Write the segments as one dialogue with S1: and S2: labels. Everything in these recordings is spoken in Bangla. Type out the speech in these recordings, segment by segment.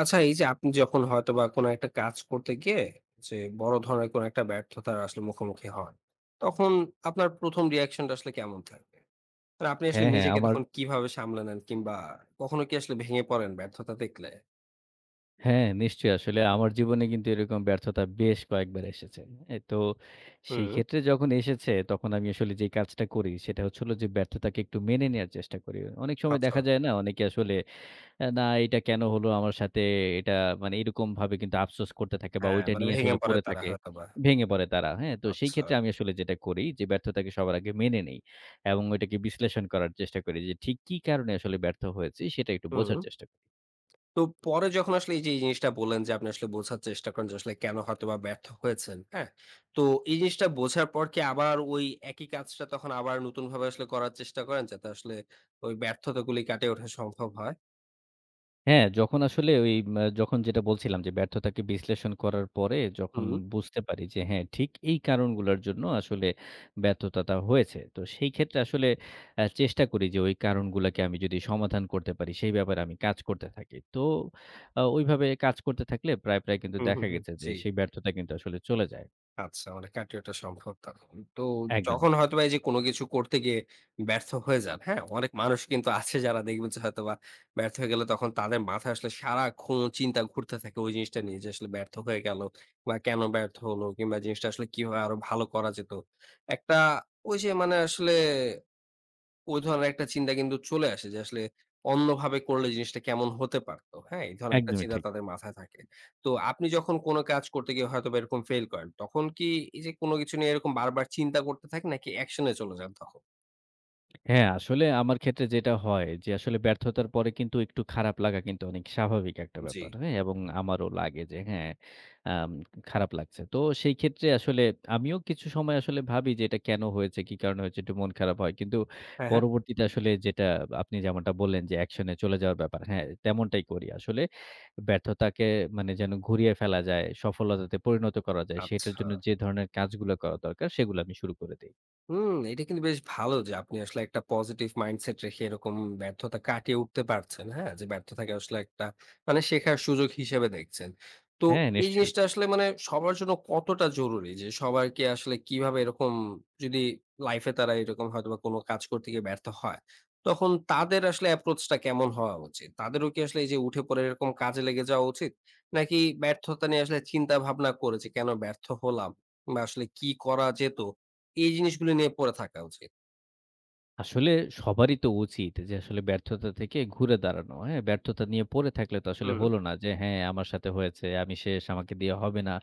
S1: আচ্ছা এই যে আপনি যখন হয়তোবা কোনো একটা কাজ করতে গিয়ে যে বড় ধরনের কোনো একটা ব্যর্থতার আসলে মুখোমুখি হন, তখন আপনার ১ম রিঅ্যাকশনটা আসলে কেমন থাকবে? মানে আপনি আসলে
S2: হ্যাঁ, হ্যাঁ,
S1: নিজেকে
S2: আমার
S1: তখন কিভাবে সামলে নেন কিংবা কখনো কি আসলে ভেঙে পড়েন ব্যর্থতা দেখলে?
S2: হ্যাঁ, নিশ্চয়ই আসলে আমার জীবনে কিন্তু এরকম ব্যর্থতা বেশ কয়েকবার এসেছে। এ তো সেই
S1: হুম,
S2: ক্ষেত্রে যখন এসেছে তখন আমি আসলে যে কাজটা করি সেটা হচ্ছে হলো যে ব্যর্থতাকে একটু মেনে নেয়ার চেষ্টা করি। অনেক সময়
S1: আচ্ছা।
S2: দেখা যায় না অনেকে আসলে না এটা কেন হলো আমার সাথে এটা মানে এরকমভাবে কিন্তু আফসোস করতে থাকে বা
S1: হ্যাঁ,
S2: ওইটা
S1: মানে
S2: নিয়ে
S1: ভেঙে
S2: আসলে
S1: পড়ে
S2: পড়ে
S1: তারা
S2: থাকে।
S1: হয়তোবা।
S2: ভেঙে পড়ে তারা। হ্যাঁ? তো সেই
S1: আচ্ছা।
S2: ক্ষেত্রে আমি আসলে যেটা করি যে ব্যর্থতাকে সবার আগে মেনে নেই এবং ওইটাকে বিশ্লেষণ করার চেষ্টা করি যে ঠিক কি কারণে আসলে ব্যর্থ হয়েছি সেটা একটু বোঝার
S1: হুম।
S2: চেষ্টা করি।
S1: তো পরে যখন আসলে এই যে এই জিনিসটা বললেন যে আপনি আসলে বোঝার চেষ্টা করেন যে আসলে কেন হয়তোবা ব্যর্থ হয়েছেন, হ্যাঁ? তো এই জিনিসটা বোঝার পর কি আবার ওই একই কাজটা তখন আবার নতুনভাবে আসলে করার চেষ্টা করেন যাতে আসলে ওই ব্যর্থতাগুলি কাটিয়ে ওঠা সম্ভব হয়?
S2: হ্যাঁ, যখন আসলে ওই যখন যেটা বলছিলাম যে ব্যর্থতাকে বিশ্লেষণ করার পরে যখন
S1: হুম,
S2: বুঝতে পারি যে হ্যাঁ, ঠিক এই কারণগুলোর জন্য আসলে ব্যর্থতাটা হয়েছে। তো সেই ক্ষেত্রে আসলে চেষ্টা করি যে ওই কারণগুলাকে আমি যদি সমাধান করতে পারি সেই ব্যাপারে আমি কাজ করতে থাকি। তো ওইভাবে কাজ করতে থাকলে প্রায় কিন্তু
S1: হুম, হুম,
S2: দেখা
S1: হুম।
S2: গেছে যে
S1: জি।
S2: সেই ব্যর্থতা কিন্তু আসলে চলে যায়।
S1: আচ্ছা, অনেক আগে এটা সম্ভব তখন। তো
S2: একদমই
S1: যখন
S2: ঠিক,
S1: হয়তোবা এই যে কোন কিছু করতে গিয়ে ব্যর্থ হয়ে যান, হ্যাঁ? অনেক মানুষ কিন্তু আছে যারা দেখবেন যে হয়তোবা ব্যর্থ হয়ে গেলে তখন তাদের মাথায় আসলে সারাক্ষণ চিন্তা ঘুরতে থাকে ওই জিনিসটা নিয়ে যে আসলে ব্যর্থ হয়ে গেল বা কেন ব্যর্থ হলো কিংবা জিনিসটা আসলে কিভাবে আরো ভালো করা যেত। একটা ওই যে মানে আসলে ওই ধরনের একটা চিন্তা কিন্তু চলে আসে যে আসলে অন্যভাবে করলে জিনিসটা কেমন হতে পারতো। হ্যাঁ? এই ধরনের একটা
S2: একদমই
S1: চিন্তা
S2: ঠিক।
S1: তাদের মাথায় থাকে। তো আপনি যখন কোন কাজ করতে গিয়ে হয়তোবা এরকম ফেইল করেন, তখন কি এই যে কোন কিছু নিয়ে এরকম বারবার চিন্তা করতে থাকেন নাকি অ্যাকশন এ চলে যান তখন?
S2: হ্যাঁ, আসলে আমার ক্ষেত্রে যেটা হয় যে আসলে ব্যর্থতার পরে কিন্তু একটু খারাপ লাগা কিন্তু অনেক স্বাভাবিক একটা
S1: জি।
S2: ব্যাপার। হ্যাঁ? এবং আমারও লাগে যে হ্যাঁ, আম খারাপ লাগছে। তো সেই ক্ষেত্রে আসলে আমিও কিছু সময় আসলে ভাবি যে এটা কেন হয়েছে, কি কারণে হয়েছে একটু মন খারাপ হয়। কিন্তু
S1: হ্যাঁ, হ্যাঁ।
S2: পরবর্তীতে আসলে যেটা আপনি যেমনটা বললেন যে অ্যাকশন এ চলে যাওয়ার ব্যাপার। হ্যাঁ, তেমনটাই করি। আসলে ব্যর্থতাকে মানে যেন ঘুরিয়ে ফেলা যায়, সফলতাতে পরিণত করা যায় সেটার
S1: আচ্ছা।
S2: জন্য যে ধরনের কাজগুলো করা দরকার সেগুলো আমি শুরু করে দেই।
S1: হুম, এটা কিন্তু বেশ ভালো যে আপনি আসলে একটা পজিটিভ মাইন্ডসেট রেখে এরকম ব্যর্থতা কাটিয়ে উঠতে পারছেন। হ্যাঁ? যে ব্যর্থতাকে আসলে একটা মানে শেখার সুযোগ হিসেবে দেখছেন। তো
S2: হ্যাঁ,
S1: এই
S2: নিশ্চয়ই।
S1: জিনিসটা আসলে মানে সবার জন্য কতটা জরুরি? যে সবারকে আসলে কিভাবে এরকম যদি লাইফে তারা এরকম হয়তোবা কোনো কাজ করতে গিয়ে ব্যর্থ হয়, তখন তাদের আসলে অ্যাপ্রোচটা কেমন হওয়া উচিত? তাদেরও কি আসলে এই যে উঠে পড়ে এরকম কাজে লেগে যাওয়া উচিত? নাকি ব্যর্থতা নিয়ে আসলে চিন্তা ভাবনা করে যে কেন ব্যর্থ হলাম? বা আসলে কি করা যেত? এই জিনিসগুলো নিয়ে পড়ে থাকা উচিত।
S2: আসলে সবারই তো উচিত যে আসলে ব্যর্থতা থেকে ঘুরে দাঁড়ানো। হ্যাঁ? ব্যর্থতা নিয়ে পড়ে থাকলে তো আসলে
S1: হুম,
S2: হলো না যে হ্যাঁ, আমার সাথে হয়েছে, আমি শেষ, আমাকে দিয়ে হবে না।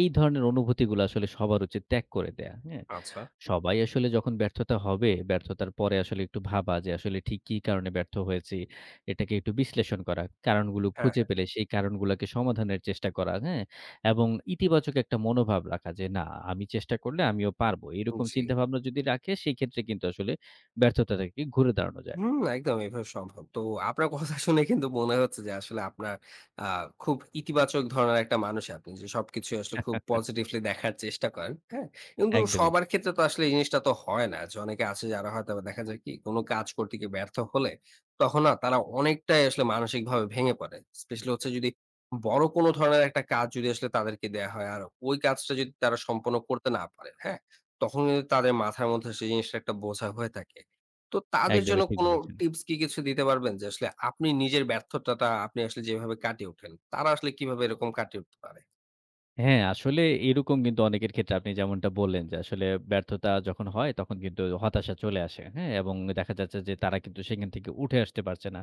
S2: এই ধরনের অনুভূতিগুলো আসলে সবার উচিত ত্যাগ করে দেয়া। হ্যাঁ?
S1: আচ্ছা।
S2: সবাই আসলে যখন ব্যর্থতা হবে, ব্যর্থতার পরে আসলে একটু ভাবা যে আসলে ঠিক কি কারণে ব্যর্থ হয়েছি। এটাকে একটু বিশ্লেষণ করা। কারণগুলো
S1: হ্যাঁ,
S2: খুঁজে
S1: হ্যাঁ।
S2: পেলে সেই কারণগুলোকে সমাধানের চেষ্টা করা, হ্যাঁ? এবং ইতিবাচক একটা মনোভাব রাখা যে না আমি চেষ্টা করলে আমিও পারবো। এরকম
S1: জি।
S2: চিন্তাভাবনা যদি রাখে সেই ক্ষেত্রে কিন্তু আসলে ব্যর্থতা থেকে ঘুরে দাঁড়ানো যায়।
S1: হুম, একদম এভাবে সম্ভব। তো আপনার কথা শুনে কিন্তু মনে হচ্ছে যে আসলে আপনার আ খুব ইতিবাচক ধরনের একটা মানুষ আপনি। যে সবকিছু আসলে খুব পজিটিভলি দেখার চেষ্টা করেন। হ্যাঁ? কিন্তু
S2: একদমই
S1: সবার
S2: ঠিক,
S1: ক্ষেত্রে তো আসলে এই জিনিসটা তো হয় না। যে অনেকে আছে যারা হয়তোবা দেখা যায় কি কোন কাজ করতে গিয়ে ব্যর্থ হলে তখন না তারা অনেকটাই আসলে মানসিকভাবে ভেঙে পড়ে। স্পেশালি হচ্ছে যদি বড় কোন ধরনের একটা কাজ যদি আসলে তাদেরকে দেয়া হয় আর ওই কাজটা যদি তারা সম্পন্ন করতে না পারে, হ্যাঁ? তখন কিন্তু তাদের মাথার মধ্যে সেই জিনিসটা একটা বোঝা হয়ে থাকে। তো তাদের জন্য
S2: একদমই ঠিক
S1: কোনো
S2: বলেছেন।
S1: টিপস কি কিছু দিতে পারবেন? যে আসলে আপনি নিজের ব্যর্থতাটা আপনি আসলে যেভাবে কাটিয়ে ওঠেন, তারা আসলে কিভাবে এরকম কাটিয়ে উঠতে পারে?
S2: হ্যাঁ, আসলে এরকম কিন্তু অনেকের ক্ষেত্রে আপনি যেমনটা বললেন যে আসলে ব্যর্থতা যখন হয় তখন কিন্তু হতাশা চলে আসে। হ্যাঁ? এবং দেখা যাচ্ছে যে তারা কিন্তু সেখান থেকে উঠে আসতে পারছে না।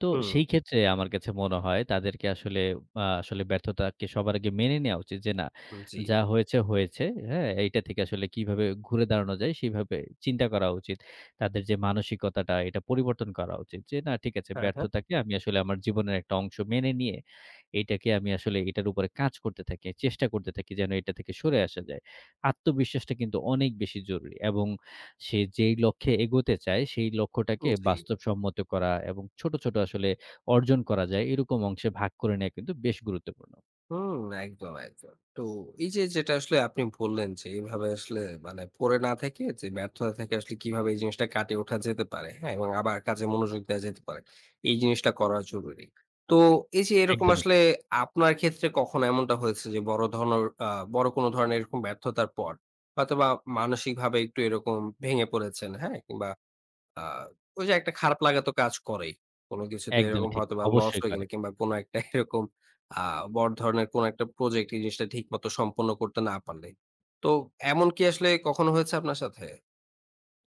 S2: তো
S1: হুম,
S2: সেই ক্ষেত্রে আমার কাছে মনে হয় তাদেরকে আসলে আসলে ব্যর্থতাকে সবার আগে মেনে নেয়া উচিত যে না,
S1: হুম। জি।
S2: যা হয়েছে, হয়েছে। হ্যাঁ? এইটা থেকে আসলে কিভাবে ঘুরে দাঁড়ানো যায় সেভাবে চিন্তা করা উচিত। তাদের যে মানসিকতাটা এটা পরিবর্তন করা উচিত। যে না ঠিক আছে
S1: হ্যাঁ, হ্যাঁ।
S2: ব্যর্থতাকে আমি আসলে আমার জীবনের একটা অংশ মেনে নিয়ে এইটাকে আমি আসলে এটার উপরে কাজ করতে থাকি, চেষ্টা করতে থাকি যেন এটা থেকে সরে আসা যায়। আত্মবিশ্বাসটা কিন্তু অনেক বেশি জরুরি এবং সে যেই লক্ষ্যে এগোতে চায়, সেই লক্ষ্যটাকে
S1: জি।
S2: বাস্তবসম্মত করা এবং ছোট, ছোট আসলে অর্জন করা যায় এরকম অংশে ভাগ করে নেয়া কিন্তু বেশ গুরুত্বপূর্ণ।
S1: হুম, একদম, একদম। তো এই যে যেটা আসলে আপনি বললেন যে এভাবে আসলে মানে পড়ে না থেকে যে ব্যর্থতা থেকে আসলে কিভাবে এই জিনিসটা কাটিয়ে ওঠা যেতে পারে, হ্যাঁ? এবং আবার কাজে মনোযোগ দেওয়া যেতে পারে। এই জিনিসটা করা জরুরি। তো এই যে এরকম
S2: একদমই
S1: আসলে
S2: ঠিক,
S1: আপনার ক্ষেত্রে কখনো এমনটা হয়েছে যে বড় ধরনের বড় কোনো ধরনের এরকম ব্যর্থতার পর হয়তোবা মানসিকভাবে একটু এরকম ভেঙে পড়েছেন, হ্যাঁ? কিংবা আ ওই যে একটা খারাপ লাগা তো কাজ করেই। কোন কিছুতে
S2: একদমই
S1: এরকম
S2: ঠিক।
S1: হয়তোবা লস
S2: অবশ্যই
S1: হয়ে
S2: করে।
S1: গেলে কিংবা কোন একটা এরকম আ বড় ধরনের কোন একটা প্রজেক্ট এই জিনিসটা ঠিকমতো সম্পন্ন করতে না পারলে। তো এমন কি আসলে কখনো হয়েছে আপনার সাথে?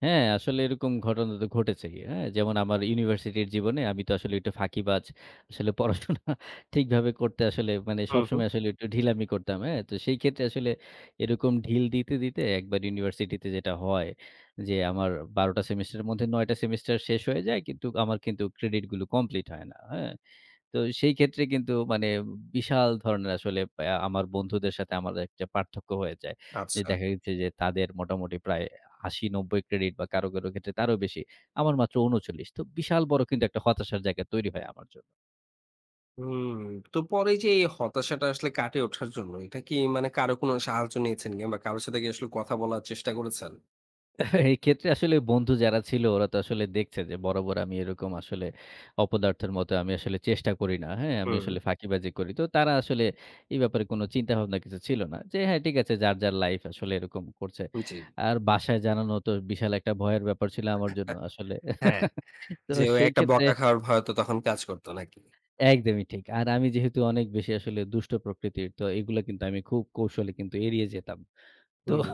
S2: হ্যাঁ, আসলে এরকম ঘটনা তো ঘটেছেই। হ্যাঁ? যেমন আমার ইউনিভার্সিটির জীবনে আমি তো আসলে একটু ফাঁকিবাজ। আসলে পড়াশোনা ঠিকভাবে করতে আসলে মানে
S1: হুম, হুম।
S2: সবসময় আসলে একটু ঢিলামি করতাম। হ্যাঁ? তো সেই ক্ষেত্রে আসলে এরকম ঢিল দিতে, দিতে একবার ইউনিভার্সিটিতে যেটা হয় যে আমার ১২ টা সেমেস্টারের মধ্যে ৯ টা সেমেস্টার শেষ হয়ে যায়। কিন্তু আমার কিন্তু ক্রেডিট গুলো কমপ্লিট হয় না। হ্যাঁ? তো সেই ক্ষেত্রে কিন্তু মানে বিশাল ধরনের আসলে আমার বন্ধুদের সাথে আমার একটা পার্থক্য হয়ে যায়। যে
S1: আচ্ছা।
S2: দেখা গেছে যে তাদের মোটামুটি প্রায় ৮০-৯০ ক্রেডিট বা কারো, কারো ক্ষেত্রে তারও বেশি। আমার মাত্র ৩৯। তো বিশাল বড় কিন্তু একটা হতাশার জায়গা তৈরি হয় আমার জন্য।
S1: হুম। তো পরে যে এই হতাশাটা আসলে কাটিয়ে ওঠার জন্য এটা কি মানে কারো কোনো সাহায্য নিয়েছেন কিংবা কারো সাথে কি আসলে কথা বলার চেষ্টা করেছেন?
S2: এক্ষেত্রে আসলে বন্ধু যারা ছিল ওরা তো আসলে দেখছে যে বরাবর আমি এরকম আসলে অপদার্থের মতো আমি আসলে চেষ্টা করি না। হ্যাঁ? আমি
S1: হুম।
S2: আসলে ফাঁকিবাজি করি। তো তারা আসলে এই ব্যাপারে কোনো চিন্তাভাবনা কিছু ছিল না। যে হ্যাঁ, ঠিক আছে যার, যার লাইফ আসলে এরকম করছে।
S1: জি।
S2: আর বাসায় জানানো তো বিশাল একটা ভয়ের ব্যাপার ছিল আমার জন্য আসলে।
S1: হ্যাঁ।
S2: তো
S1: যে ওই
S2: সেই
S1: একটা
S2: ক্ষেত্রে
S1: বকা খাওয়ার ভয় তো তখন কাজ করত নাকি?
S2: একদমই ঠিক। আর আমি যেহেতু অনেক বেশি আসলে দুষ্ট প্রকৃতির তো এগুলা কিন্তু আমি খুব কৌশলে কিন্তু এড়িয়ে যেতাম। তো
S1: হুম।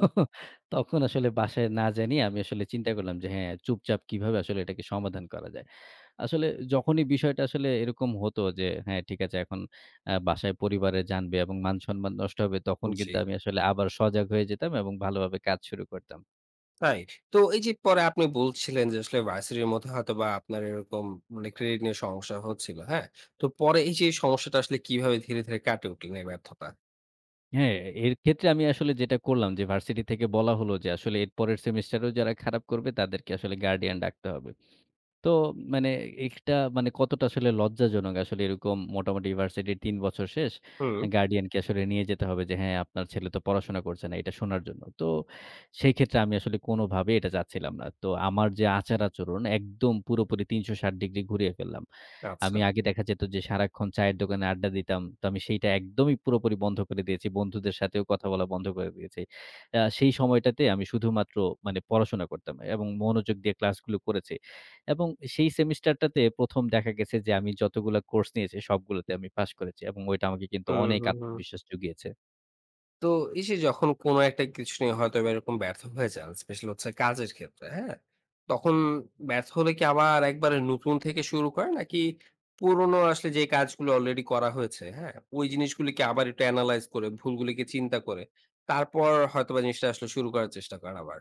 S2: তখন আসলে বাসায় না জানিয়ে আমি আসলে চিন্তা করলাম যে হ্যাঁ, চুপচাপ কিভাবে আসলে এটাকে সমাধান করা যায়। আসলে যখনই বিষয়টা আসলে এরকম হতো যে হ্যাঁ, ঠিক আছে এখন বাসায় পরিবারে জানবে এবং মান-সম্মান নষ্ট হবে তখন
S1: জি।
S2: কিন্তু আমি আসলে আবার সজাগ হয়ে যেতাম এবং ভালোভাবে কাজ শুরু করতাম।
S1: রাইট। তো এই যে পরে আপনি বলছিলেন যে আসলে ভার্সিটির মধ্যে হয়তোবা আপনার এরকম মানে ক্রেডিট নিয়ে সমস্যা হচ্ছিল, হ্যাঁ? তো পরে এই যে সমস্যাটা আসলে কিভাবে ধীরে, ধীরে কাটিয়ে উঠলেন এই ব্যর্থতা?
S2: হ্যাঁ, এর ক্ষেত্রে আমি আসলে যেটা করলাম যে ভার্সিটি থেকে বলা হলো যে আসলে এর পরের সেমেস্টারেও যারা খারাপ করবে তাদেরকে আসলে গার্ডিয়ান ডাকতে হবে। তো মানে এটা মানে কতটা আসলে লজ্জাজনক আসলে এরকম মোটামুটি ইউনিভার্সিটির ৩ বছর শেষ।
S1: হুম,
S2: গার্ডিয়ানকে আসলে নিয়ে যেতে হবে যে হ্যাঁ, আপনার ছেলে তো পড়াশোনা করছে না এটা শোনার জন্য। তো সেই ক্ষেত্রে আমি আসলে কোনোভাবেই এটা চাচ্ছিলাম না। তো আমার যে আচার-আচরণ একদম পুরোপুরি ৩৬০ ডিগ্রি ঘুরিয়ে ফেললাম।
S1: আচ্ছা।
S2: আমি আগে দেখা যেত যে সারাক্ষণ চায়ের দোকানে আড্ডা দিতাম। তো আমি সেইটা একদমই পুরোপুরি বন্ধ করে দিয়েছি। বন্ধুদের সাথেও কথা বলা বন্ধ করে দিয়েছি। সেই সময়টাতে আমি শুধুমাত্র মানে পড়াশোনা করতাম এবং মনোযোগ দিয়ে ক্লাসগুলো করেছি। এবং সেই সেমিস্টারটাতে ১ম দেখা গেছে যে আমি যতগুলা কোর্স নিয়েছি সবগুলাতে আমি পাস করেছি এবং ওইটা আমাকে কিন্তু
S1: হুম,
S2: অনেক
S1: হুম, হুম।
S2: আত্মবিশ্বাস জুগিয়েছে।
S1: তো এই যে যখন কোনো একটা কিছু নিয়ে হয়তো বা এরকম ব্যর্থ হয়ে যান, স্পেশালি হচ্ছে কাজের ক্ষেত্রে, হ্যাঁ? তখন ব্যর্থ হলে কি আবার একবারে নতুন থেকে শুরু করেন? নাকি পুরনো আসলে যে কাজগুলো অলরেডি করা হয়েছে, হ্যাঁ? ওই জিনিসগুলিকে আবার একটু এনালাইজ করে, ভুলগুলিকে চিন্তা করে, তারপর হয়তোবা জিনিসটা আসলে শুরু করার চেষ্টা করেন আবার?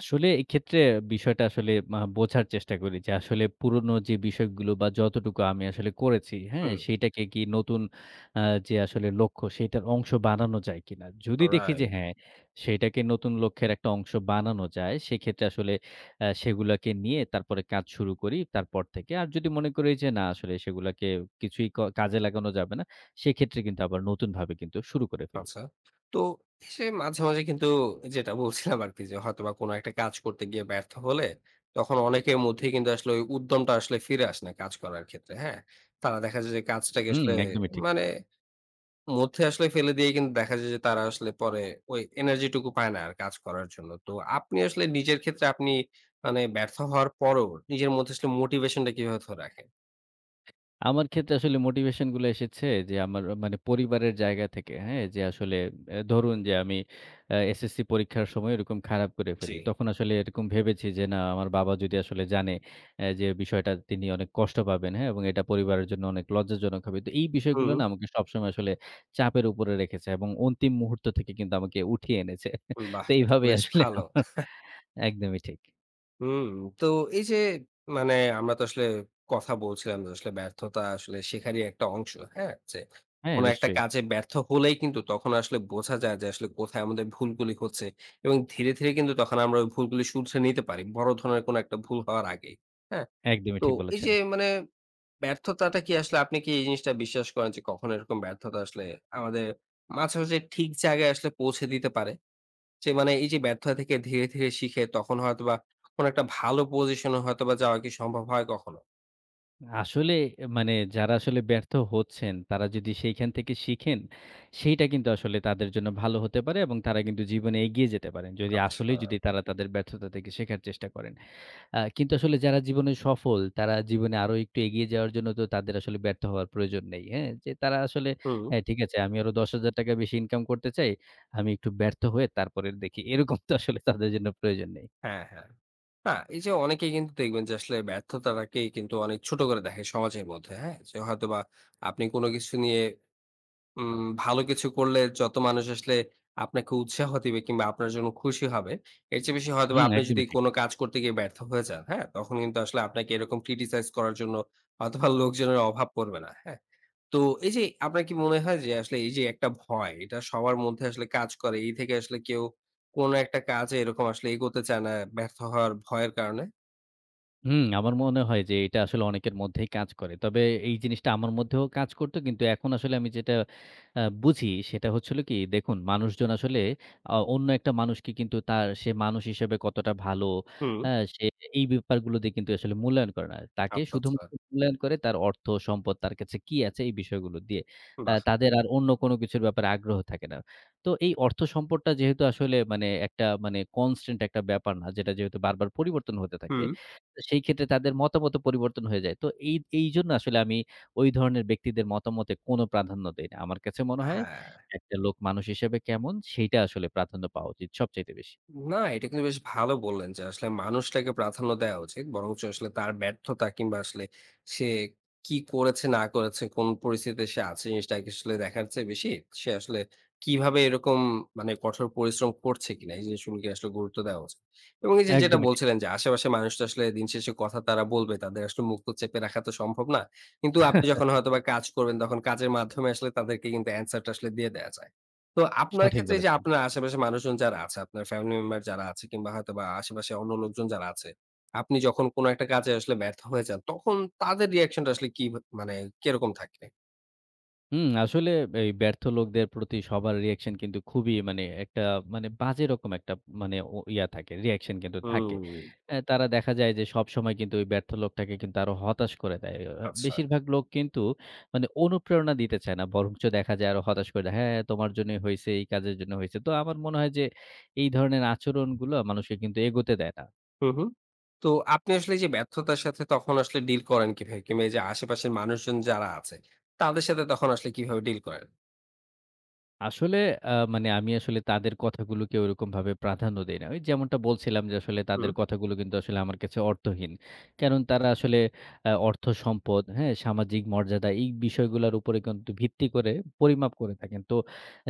S2: আসলে এক্ষেত্রে বিষয়টা আসলে বোঝার চেষ্টা করি যে আসলে পুরনো যে বিষয়গুলো বা যতটুকু আমি আসলে করেছি, হ্যাঁ?
S1: হুম,
S2: সেইটাকে কি নতুন আ যে আসলে লক্ষ্য সেটার অংশ বানানো যায় কিনা? যদি দেখি যে
S1: রাইট।
S2: হ্যাঁ, সেটাকে নতুন লক্ষ্যের একটা অংশ বানানো যায় সেক্ষেত্রে আসলে সেগুলাকে নিয়ে তারপরে কাজ শুরু করি তারপর থেকে। আর যদি মনে করি যে না আসলে সেগুলাকে কিছুই কাজে লাগানো যাবে না, সেক্ষেত্রে কিন্তু আবার নতুনভাবে কিন্তু শুরু করে ফেলি।
S1: আচ্ছা। তো সে মাঝে, মাঝে কিন্তু যেটা বলছিলাম আরকি যে হয়তোবা কোনো একটা কাজ করতে গিয়ে ব্যর্থ হলে তখন অনেকের মধ্যেই কিন্তু আসলে ওই উদ্যমটা আসলে ফিরে আসে না কাজ করার ক্ষেত্রে, হ্যাঁ? তারা দেখা যায় যে কাজটাকে
S2: হুম,
S1: আসলে
S2: একদমই ঠিক।
S1: মানে মধ্যে আসলে ফেলে দিয়ে কিন্তু দেখা যায় যে তারা আসলে পরে ওই এনার্জি টুকু পায় না আর কাজ করার জন্য। তো আপনি আসলে নিজের ক্ষেত্রে আপনি মানে ব্যর্থ হওয়ার পরেও নিজের মধ্যে আসলে মোটিভেশনটা কিভাবে ধরে রাখেন?
S2: আমার ক্ষেত্রে আসলে মোটিভেশন গুলো এসেছে যে আমার মানে পরিবারের জায়গা থেকে। হ্যাঁ? যে আসলে ধরুন যে আমি এসএসসি পরীক্ষার সময় এরকম খারাপ করে ফেলি।
S1: জি।
S2: তখন আসলে এরকম ভেবেছি যে না আমার বাবা যদি আসলে জানে যে বিষয়টা তিনি অনেক কষ্ট পাবেন। হ্যাঁ? এবং এটা পরিবারের জন্য অনেক লজ্জাজনক হবে। তো এই বিষয়গুলো
S1: হুম,
S2: না আমাকে সবসময় আসলে চাপের উপরে রেখেছে এবং অন্তিম মুহূর্ত থেকে কিন্তু আমাকে উঠিয়ে এনেছে।
S1: বাহ!
S2: তো
S1: এটা তো
S2: এইভাবেই
S1: বেশ
S2: আসলে
S1: ভালো।
S2: আমার একদমই ঠিক।
S1: হুম, তো এই যে মানে আমরা তো আসলে কথা বলছিলাম যে আসলে ব্যর্থতা আসলে শেখারই একটা অংশ। হ্যাঁ? যে
S2: হ্যাঁ,
S1: কোন একটা
S2: নিশ্চয়ই।
S1: কাজে ব্যর্থ হলেই কিন্তু তখন আসলে বোঝা যায় যে আসলে কোথায় আমাদের ভুলগুলি হচ্ছে এবং ধীরে, ধীরে কিন্তু তখন আমরা ওই ভুলগুলি শুধরে নিতে পারি। বড় ধরনের কোন একটা ভুল হওয়ার আগেই। হ্যাঁ?
S2: একদমই
S1: তো
S2: ঠিক
S1: এই
S2: বলেছেন।
S1: যে মানে ব্যর্থতাটা কি আসলে আপনি কি এই জিনিসটা বিশ্বাস করেন যে কখনো এরকম ব্যর্থতা আসলে আমাদের মাঝে, মাঝে ঠিক জায়গায় আসলে পৌঁছে দিতে পারে? যে মানে এই যে ব্যর্থতা থেকে ধীরে, ধীরে শিখে তখন হয়তোবা কোনো একটা ভালো পজিশন এ হয়তোবা যাওয়া কি সম্ভব হয় কখনো?
S2: আসলে মানে যারা আসলে ব্যর্থ হচ্ছেন, তারা যদি সেইখান থেকে শিখেন, সেইটা কিন্তু আসলে তাদের জন্য ভালো হতে পারে এবং তারা কিন্তু জীবনে এগিয়ে যেতে পারেন। যদি
S1: আচ্ছা।
S2: আসলেই যদি তারা তাদের ব্যর্থতা থেকে শেখার চেষ্টা করেন। কিন্তু আসলে যারা জীবনে সফল, তারা জীবনে আরো একটু এগিয়ে যাওয়ার জন্য তো তাদের আসলে ব্যর্থ হওয়ার প্রয়োজন নেই। হ্যাঁ? যে তারা আসলে
S1: হুম।
S2: হ্যাঁ, ঠিক আছে আমি আরো ৳১০,০০০ বেশি ইনকাম করতে চাই। আমি একটু ব্যর্থ হয়ে তারপরে দেখি। এরকম তো আসলে তাদের জন্য প্রয়োজন নেই।
S1: হ্যাঁ, হ্যাঁ। না, এই যে অনেকেই কিন্তু দেখবেন যে আসলে ব্যর্থতাটাকেই কিন্তু অনেক ছোট করে দেখে সমাজের মধ্যে, হ্যাঁ? যে হয়তোবা আপনি কোনো কিছু নিয়ে ভালো কিছু করলে যত মানুষ আসলে আপনাকে উৎসাহ দিবে কিংবা আপনার জন্য খুশি হবে, এর চেয়ে বেশি হয়তোবা
S2: হুম,
S1: আপনি যদি
S2: একদমই ঠিক।
S1: কোনো কাজ করতে গিয়ে ব্যর্থ হয়ে যান, হ্যাঁ? তখন কিন্তু আসলে আপনাকে এরকম ক্রিটিসাইজ করার জন্য হয়তোবা লোকজনের অভাব পড়বে না, হ্যাঁ? তো এই যে আপনার কি মনে হয় যে আসলে এই যে একটা ভয় এটা সবার মধ্যে আসলে কাজ করে এই থেকে আসলে কেউ কোন একটা কাজে এরকম আসলে এগোতে চায় না ব্যর্থ হওয়ার ভয়ের কারণে?
S2: হুম, আমার মনে হয় যে এটা আসলে অনেকের মধ্যেই কাজ করে। তবে এই জিনিসটা আমার মধ্যেও কাজ করত। কিন্তু এখন আসলে আমি যেটা বুঝি সেটা হচ্ছে হলো কি দেখুন মানুষজন আসলে অন্য একটা মানুষকে কিন্তু তার সে মানুষ হিসেবে কতটা ভালো,
S1: হুম।
S2: হ্যাঁ? সে এই ব্যাপারগুলো দিয়ে কিন্তু আসলে মূল্যায়ন করে না। তাকে
S1: আচ্ছা, আচ্ছা।
S2: শুধুমাত্র মূল্যায়ন করে তার অর্থ, সম্পদ তার কাছে কি আছে এই বিষয়গুলো দিয়ে।
S1: বাহ!
S2: তাদের আর অন্য কোনো কিছুর ব্যাপারে আগ্রহ থাকে না। তো এই অর্থ সম্পদটা যেহেতু আসলে মানে একটা মানে কনস্ট্যান্ট একটা ব্যাপার না যেটা যেহেতু বারবার পরিবর্তন হতে থাকে।
S1: হুম।
S2: সেই ক্ষেত্রে তাদের মতামতও পরিবর্তন হয়ে যায়। তো এই এইজন্য আসলে আমি ওই ধরনের ব্যক্তিদের মতামতে কোনো প্রাধান্য দেই না। আমার কাছে মনে হয়
S1: হ্যাঁ।
S2: একটা লোক মানুষ হিসেবে কেমন সেইটা আসলে প্রাধান্য পাওয়া উচিত সবচাইতে বেশি।
S1: না, এটা কিন্তু বেশ ভালো বললেন যে আসলে মানুষটাকে প্রাধান্য দেওয়া উচিত। বরঞ্চ আসলে তার ব্যর্থতা কিংবা আসলে সে কি করেছে না করেছে, কোন পরিস্থিতিতে সে আছে জিনিসটাকে আসলে দেখার চেয়ে বেশি সে আসলে কিভাবে এরকম মানে কঠোর পরিশ্রম করছে কিনা এই জিনিসগুলোকে আসলে গুরুত্ব দেওয়া উচিত। এবং এই যে যেটা
S2: একদমই ঠিক।
S1: বলছিলেন যে আশেপাশে মানুষ তো আসলে দিন শেষে কথা তারা বলবে। তাদের আসলে মুখ তো চেপে রাখা তো সম্ভব না। কিন্তু আপনি যখন হয়তোবা কাজ করবেন তখন কাজের মাধ্যমে আসলে তাদেরকে কিন্তু অ্যান্সারটা আসলে দিয়ে দেয়া যায়। তো আপনার
S2: সঠিক
S1: ক্ষেত্রে এই যে
S2: বলেছেন।
S1: আপনার আশেপাশে মানুষজন যারা আছে, আপনার ফ্যামিলি মেম্বার যারা আছে কিংবা হয়তোবা আশেপাশে অন্য লোকজন যারা আছে, আপনি যখন কোন একটা কাজে আসলে ব্যর্থ হয়ে যান, তখন তাদের রিঅ্যাকশনটা আসলে কি মানে কিরকম থাকে?
S2: হুম, আসলে এই ব্যর্থ লোকদের প্রতি সবার রিঅ্যাকশন কিন্তু খুবই মানে একটা মানে বাজে রকম একটা মানে ও ইয়া থাকে, রিঅ্যাকশন কিন্তু থাকে।
S1: হুম,
S2: তারা দেখা যায় যে সবসময় কিন্তু ওই ব্যর্থ লোকটাকে কিন্তু আরো হতাশ করে দেয়।
S1: আচ্ছা।
S2: বেশিরভাগ লোক কিন্তু মানে অনুপ্রেরণা দিতে চায় না। বরঞ্চ দেখা যায় আরো হতাশ করে দেয়। হ্যাঁ, তোমার জন্যই হইছে, এই কাজের জন্য হইছে। তো আমার মনে হয় যে এই ধরনের আচরণগুলো মানুষকে কিন্তু এগোতে দেয় না।
S1: হুম, হুম। তো আপনি আসলে এই যে ব্যর্থতার সাথে তখন আসলে ডিল করেন কিভাবে? কিংবা এই যে আশেপাশের মানুষজন যারা আছে, তাদের সাথে তখন আসলে কিভাবে ডিল করেন?
S2: আসলে মানে আমি আসলে তাদের কথাগুলোকে ওরকমভাবে প্রাধান্য দেই না। ওই যেমনটা বলছিলাম যে আসলে তাদের
S1: হুম,
S2: কথাগুলো কিন্তু আসলে আমার কাছে অর্থহীন। কারণ তারা আসলে অর্থ সম্পদ, হ্যাঁ? সামাজিক মর্যাদা এই বিষয়গুলোর উপরে কিন্তু ভিত্তি করে পরিমাপ করে থাকেন। তো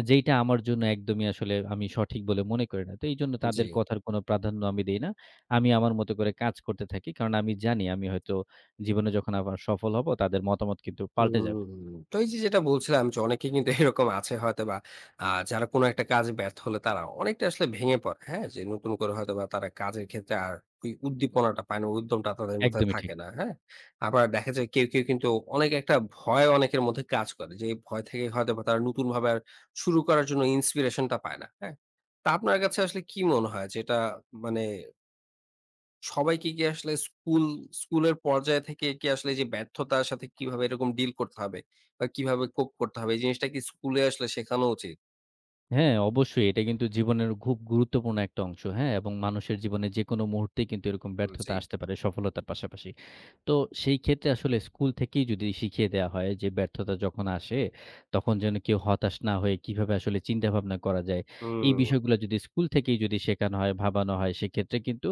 S2: যেইটা আমার জন্য একদমই আসলে আমি সঠিক বলে মনে করি না। তো এইজন্য
S1: জি।
S2: তাদের কথার কোনো প্রাধান্য আমি দেই না। আমি আমার মতো করে কাজ করতে থাকি। কারণ আমি জানি আমি হয়তো জীবনে যখন আবার সফল হব তাদের মতামত কিন্তু পাল্টে যাবে।
S1: হুম। তো এই যে যেটা বলছিলাম যে অনেকে কিন্তু এরকম আছে হয়তোবা আ যারা কোনো একটা কাজে ব্যর্থ হলে তারা অনেকটা আসলে ভেঙে পড়ে। হ্যাঁ? যে নতুন করে হয়তোবা তারা কাজের ক্ষেত্রে আর ওই উদ্দীপনাটা পায় না, ওই উদ্যমটা তাদের মধ্যে
S2: একদমই ঠিক।
S1: থাকে না। হ্যাঁ? আবার দেখা যায় কেউ, কেউ কিন্তু অনেক একটা ভয় অনেকের মধ্যে কাজ করে। যে এই ভয় থেকে হয়তোবা তারা নতুনভাবে আর শুরু করার জন্য ইন্সপিরেশন টা পায় না। হ্যাঁ? তা আপনার কাছে আসলে কি মনে হয় যে এটা মানে সবাইকে কি আসলে স্কুলের পর্যায় থেকে কি আসলে এই যে ব্যর্থতার সাথে কিভাবে এরকম ডিল করতে হবে? বা কিভাবে কোপ করতে হবে? এই জিনিসটা কি স্কুলে আসলে শেখানো উচিত?
S2: হ্যাঁ, অবশ্যই এটা কিন্তু জীবনের খুব গুরুত্বপূর্ণ একটা অংশ, হ্যাঁ? এবং মানুষের জীবনে যেকোনো মুহূর্তেই কিন্তু এরকম ব্যর্থতা
S1: জি।
S2: আসতে পারে সফলতার পাশাপাশি। তো সেই ক্ষেত্রে আসলে স্কুল থেকেই যদি শিখিয়ে দেয়া হয় যে ব্যর্থতা যখন আসে তখন যেন কেউ হতাশ না হয়ে কিভাবে আসলে চিন্তা ভাবনা করা যায়। এই
S1: হুম,
S2: বিষয়গুলো যদি স্কুল থেকেই যদি শেখানো হয়, ভাবানো হয় সেক্ষেত্রে কিন্তু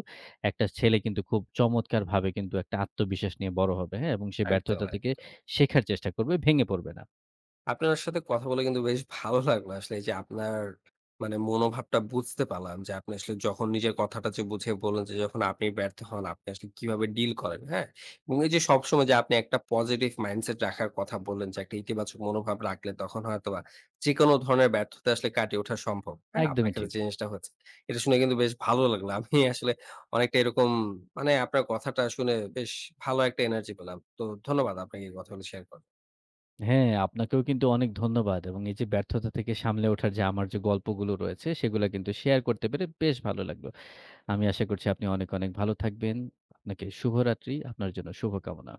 S2: একটা ছেলে কিন্তু খুব চমৎকারভাবে কিন্তু একটা আত্মবিশ্বাস নিয়ে বড় হবে, হ্যাঁ? এবং সে
S1: একদম,
S2: ব্যর্থতা থেকে
S1: একদম।
S2: শেখার চেষ্টা করবে, ভেঙে পড়বে না।
S1: আপনার সাথে কথা বলে কিন্তু বেশ ভালো লাগলো আসলে এই যে আপনার মানে মনোভাবটা বুঝতে পারলাম যে আপনি আসলে যখন নিজের কথাটা যে বুঝে বললেন যে যখন আপনি ব্যর্থ হন আপনি আসলে কিভাবে ডিল করেন, হ্যাঁ, এবং এই যে সবসময় যে আপনি একটা পজিটিভ মাইন্ডসেট রাখার কথা বললেন যে একটা ইতিবাচক মনোভাব রাখলে তখন হয়তো বা যে কোনো ধরনের ব্যর্থতা আসলে কাটিয়ে ওঠা সম্ভব, হ্যাঁ, আপনার
S2: একদমই
S1: ক্ষেত্রে
S2: ঠিক।
S1: যে জিনিসটা হচ্ছে এটা শুনে কিন্তু বেশ ভালো লাগলো। আমি আসলে অনেকটা এরকম মানে আপনার কথাটা শুনে বেশ ভালো একটা এনার্জি পেলাম। তো ধন্যবাদ আপনাকে এই কথাগুলো শেয়ার করার।
S2: হ্যাঁ, আপনাকেও কিন্তু অনেক ধন্যবাদ এবং এই যে ব্যর্থতা থেকে সামলে ওঠার যে আমার যে গল্পগুলো রয়েছে, সেগুলা কিন্তু শেয়ার করতে পেরে বেশ ভালো লাগলো। আমি আশা করছি আপনি অনেক, অনেক ভালো থাকবেন। আপনাকে শুভরাত্রি। আপনার জন্য শুভকামনা।